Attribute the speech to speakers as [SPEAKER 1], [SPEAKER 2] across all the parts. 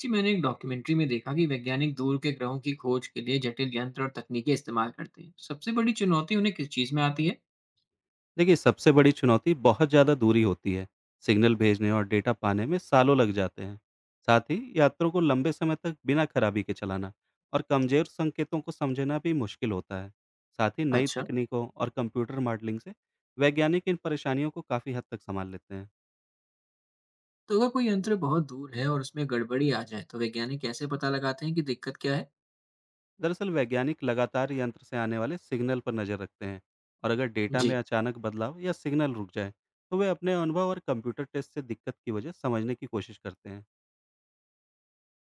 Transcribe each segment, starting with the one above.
[SPEAKER 1] जी, मैंने एक डॉक्यूमेंट्री में देखा कि वैज्ञानिक दूर के ग्रहों की खोज के लिए जटिल यंत्र और तकनीकें इस्तेमाल करते हैं। सबसे बड़ी चुनौती उन्हें किस चीज़ में आती है?
[SPEAKER 2] देखिए, सबसे बड़ी चुनौती बहुत ज़्यादा दूरी होती है। सिग्नल भेजने और डेटा पाने में सालों लग जाते हैं। साथ ही यात्रों को लंबे समय तक बिना खराबी के चलाना और कमजोर संकेतों को समझना भी मुश्किल होता है। साथ ही नई
[SPEAKER 1] अच्छा।
[SPEAKER 2] तकनीकों और कंप्यूटर मॉडलिंग से वैज्ञानिक इन परेशानियों को काफ़ी हद तक संभाल लेते हैं।
[SPEAKER 1] तो अगर कोई यंत्र बहुत दूर है और उसमें गड़बड़ी आ जाए तो वैज्ञानिक कैसे पता लगाते हैं कि दिक्कत क्या है?
[SPEAKER 2] दरअसल, वैज्ञानिक लगातार यंत्र से आने वाले सिग्नल पर नज़र रखते हैं, और अगर डेटा में
[SPEAKER 1] जी।
[SPEAKER 2] अचानक बदलाव या सिग्नल रुक जाए तो वे अपने अनुभव और कंप्यूटर टेस्ट से दिक्कत की वजह समझने की कोशिश करते हैं।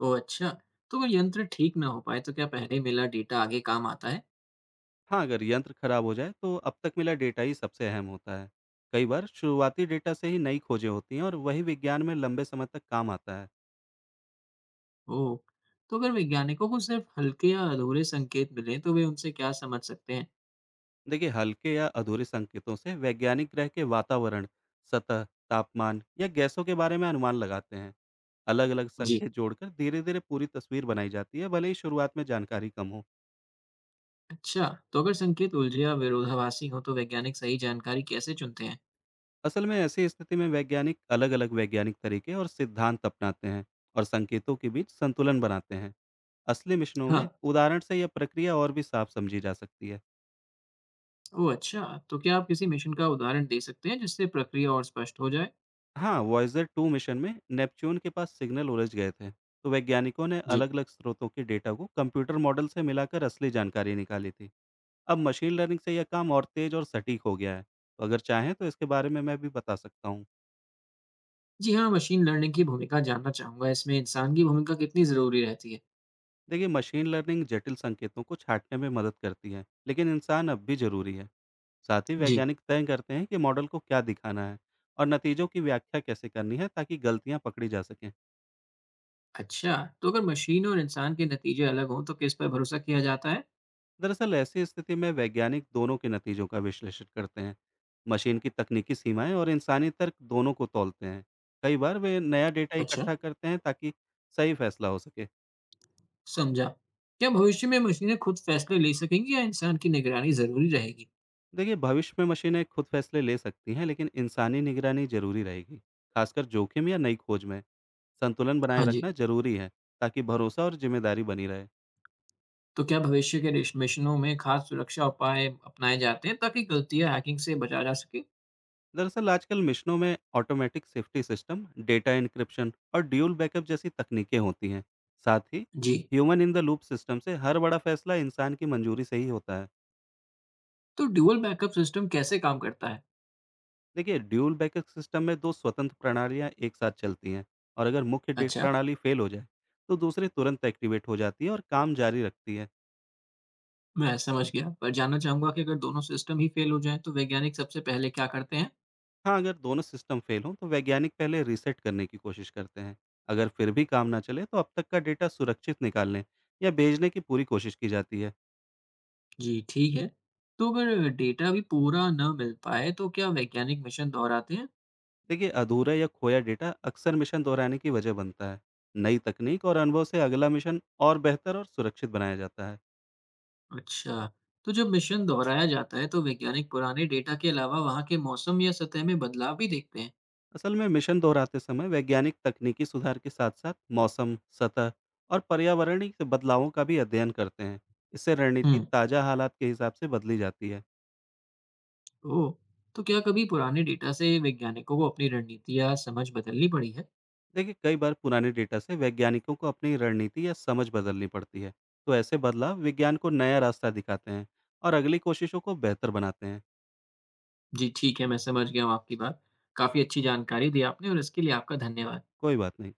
[SPEAKER 1] ओ, अच्छा। तो अगर यंत्र ठीक ना हो पाए तो क्या पहले मिला डेटा आगे काम आता है?
[SPEAKER 2] हाँ, अगर यंत्र खराब हो जाए तो अब तक मिला डेटा ही सबसे अहम होता है। कई बार शुरुआती डेटा से ही नई खोजें होती हैं और वही विज्ञान में लंबे समय तक काम आता है।
[SPEAKER 1] ओ। तो अगर वैज्ञानिकों को सिर्फ हल्के या अधूरे संकेत मिले तो वे उनसे क्या समझ सकते हैं?
[SPEAKER 2] देखिए, हल्के या अधूरे संकेतों से वैज्ञानिक ग्रह के वातावरण, सतह, तापमान या गैसों के बारे में अनुमान लगाते हैं। अलग-अलग
[SPEAKER 1] जी।
[SPEAKER 2] संकेत जोड़कर धीरे-धीरे पूरी तस्वीर बनाई जाती है, भले ही शुरुआत में जानकारी कम हो।
[SPEAKER 1] अच्छा। तो अगर संकेत उलझे या विरोधाभासी हो तो वैज्ञानिक सही जानकारी कैसे चुनते हैं?
[SPEAKER 2] असल में ऐसी स्थिति में वैज्ञानिक अलग अलग वैज्ञानिक तरीके और सिद्धांत अपनाते हैं और संकेतों के बीच संतुलन बनाते हैं। असली मिशनों
[SPEAKER 1] हाँ।
[SPEAKER 2] में उदाहरण से यह प्रक्रिया और भी साफ समझी जा सकती है।
[SPEAKER 1] ओह, अच्छा! तो क्या आप किसी मिशन का उदाहरण दे सकते हैं जिससे प्रक्रिया और स्पष्ट हो जाए?
[SPEAKER 2] हाँ, वॉयजर 2 मिशन में नेपच्यून के पास सिग्नल उलझ गए थे, तो वैज्ञानिकों ने
[SPEAKER 1] जी।
[SPEAKER 2] अलग अलग स्रोतों के डेटा को कंप्यूटर मॉडल से मिलाकर असली जानकारी निकाली थी। अब मशीन लर्निंग से यह काम और तेज और सटीक हो गया है, तो अगर चाहें तो इसके बारे में मैं भी बता सकता हूँ।
[SPEAKER 1] जी हाँ, मशीन लर्निंग की भूमिका जानना चाहूँगा। इसमें इंसान की भूमिका कितनी ज़रूरी रहती है?
[SPEAKER 2] देखिए, मशीन लर्निंग जटिल संकेतों को छांटने में मदद करती है, लेकिन इंसान अब भी जरूरी है। साथ ही
[SPEAKER 1] जी।
[SPEAKER 2] वैज्ञानिक तय करते हैं कि मॉडल को क्या दिखाना है और नतीजों की व्याख्या कैसे करनी है, ताकि गलतियां पकड़ी जा सकें।
[SPEAKER 1] अच्छा, तो अगर मशीन और इंसान के नतीजे अलग हों तो किस पर भरोसा किया जाता है?
[SPEAKER 2] दरअसल, ऐसी स्थिति में वैज्ञानिक दोनों के नतीजों का विश्लेषण करते हैं। मशीन की तकनीकी सीमाएं और इंसानी तर्क दोनों को तोलते हैं। कई बार वे नया डेटा
[SPEAKER 1] अच्छा।
[SPEAKER 2] इकट्ठा करते हैं, ताकि सही फैसला हो सके।
[SPEAKER 1] समझा। क्या भविष्य में मशीनें खुद फैसले ले सकेंगी या इंसान की निगरानी ज़रूरी रहेगी?
[SPEAKER 2] देखिए, भविष्य में मशीनें खुद फैसले ले सकती हैं, लेकिन इंसानी निगरानी जरूरी रहेगी, खासकर जोखिम या नई खोज में। संतुलन बनाए
[SPEAKER 1] हाँ जी।
[SPEAKER 2] रखना जरूरी है, ताकि भरोसा और जिम्मेदारी बनी रहे।
[SPEAKER 1] तो क्या भविष्य के रिश मिशनों में खास सुरक्षा उपाय अपनाए जाते हैं ताकि गलती या हैकिंग से बचा जा सके?
[SPEAKER 2] दरअसल, आजकल मिशनों में automatic safety system, data encryption और ड्यूल बैकअप जैसी तकनीकें होती हैं। साथ ही
[SPEAKER 1] जी।
[SPEAKER 2] Human in the loop system से हर बड़ा फैसला इंसान की मंजूरी से ही होता है।
[SPEAKER 1] तो ड्यूल बैकअप सिस्टम कैसे काम करता है?
[SPEAKER 2] देखिए, ड्यूल बैकअप सिस्टम में दो स्वतंत्र प्रणालियाँ एक साथ चलती हैं, और अगर मुख्य
[SPEAKER 1] अच्छा।
[SPEAKER 2] प्रणाली फेल हो जाए तो दूसरी तुरंत एक्टिवेट हो जाती है और काम जारी रखती है।
[SPEAKER 1] मैं समझ गया, पर जानना चाहूँगा कि अगर दोनों सिस्टम ही फ़ेल हो जाएँ, तो वैज्ञानिक सबसे पहले क्या करते हैं?
[SPEAKER 2] हाँ, अगर दोनों सिस्टम फेल हों तो वैज्ञानिक पहले रीसेट करने की कोशिश करते हैं। अगर फिर भी काम ना चले तो अब तक का डेटा सुरक्षित निकालने या भेजने की पूरी कोशिश की जाती है।
[SPEAKER 1] जी, ठीक है। तो अगर डेटा भी पूरा न मिल पाए, तो क्या वैज्ञानिक मिशन दोहराते हैं?
[SPEAKER 2] देखिए, अधूरा या खोया डेटा अक्सर मिशन दोहराने की वजह बनता है। नई तकनीक और अनुभव से अगला मिशन और बेहतर और सुरक्षित बनाया जाता है।
[SPEAKER 1] अच्छा, तो जब मिशन दोहराया जाता है, तो वैज्ञानिक पुराने डेटा के अलावा वहाँ के मौसम या सतह में बदलाव भी देखते हैं?
[SPEAKER 2] असल में मिशन दोहराते समय वैज्ञानिक तकनीकी सुधार के साथ साथ मौसम, सतह और पर्यावरणीय बदलावों का भी अध्ययन करते हैं। इससे रणनीति
[SPEAKER 1] हुँ,
[SPEAKER 2] ताज़ा हालात के हिसाब से बदली जाती है।
[SPEAKER 1] ओह! तो क्या कभी पुराने डेटा से वैज्ञानिकों को अपनी रणनीति या समझ बदलनी पड़ी है?
[SPEAKER 2] देखिए, कई बार पुराने डेटा से वैज्ञानिकों को अपनी रणनीति या समझ बदलनी पड़ती है, तो ऐसे बदलाव विज्ञान को नया रास्ता दिखाते हैं और अगली कोशिशों को बेहतर बनाते हैं।
[SPEAKER 1] जी, ठीक है, मैं समझ गया हूँ आपकी बात। काफ़ी अच्छी जानकारी दी आपने और इसके लिए आपका धन्यवाद।
[SPEAKER 2] कोई बात नहीं।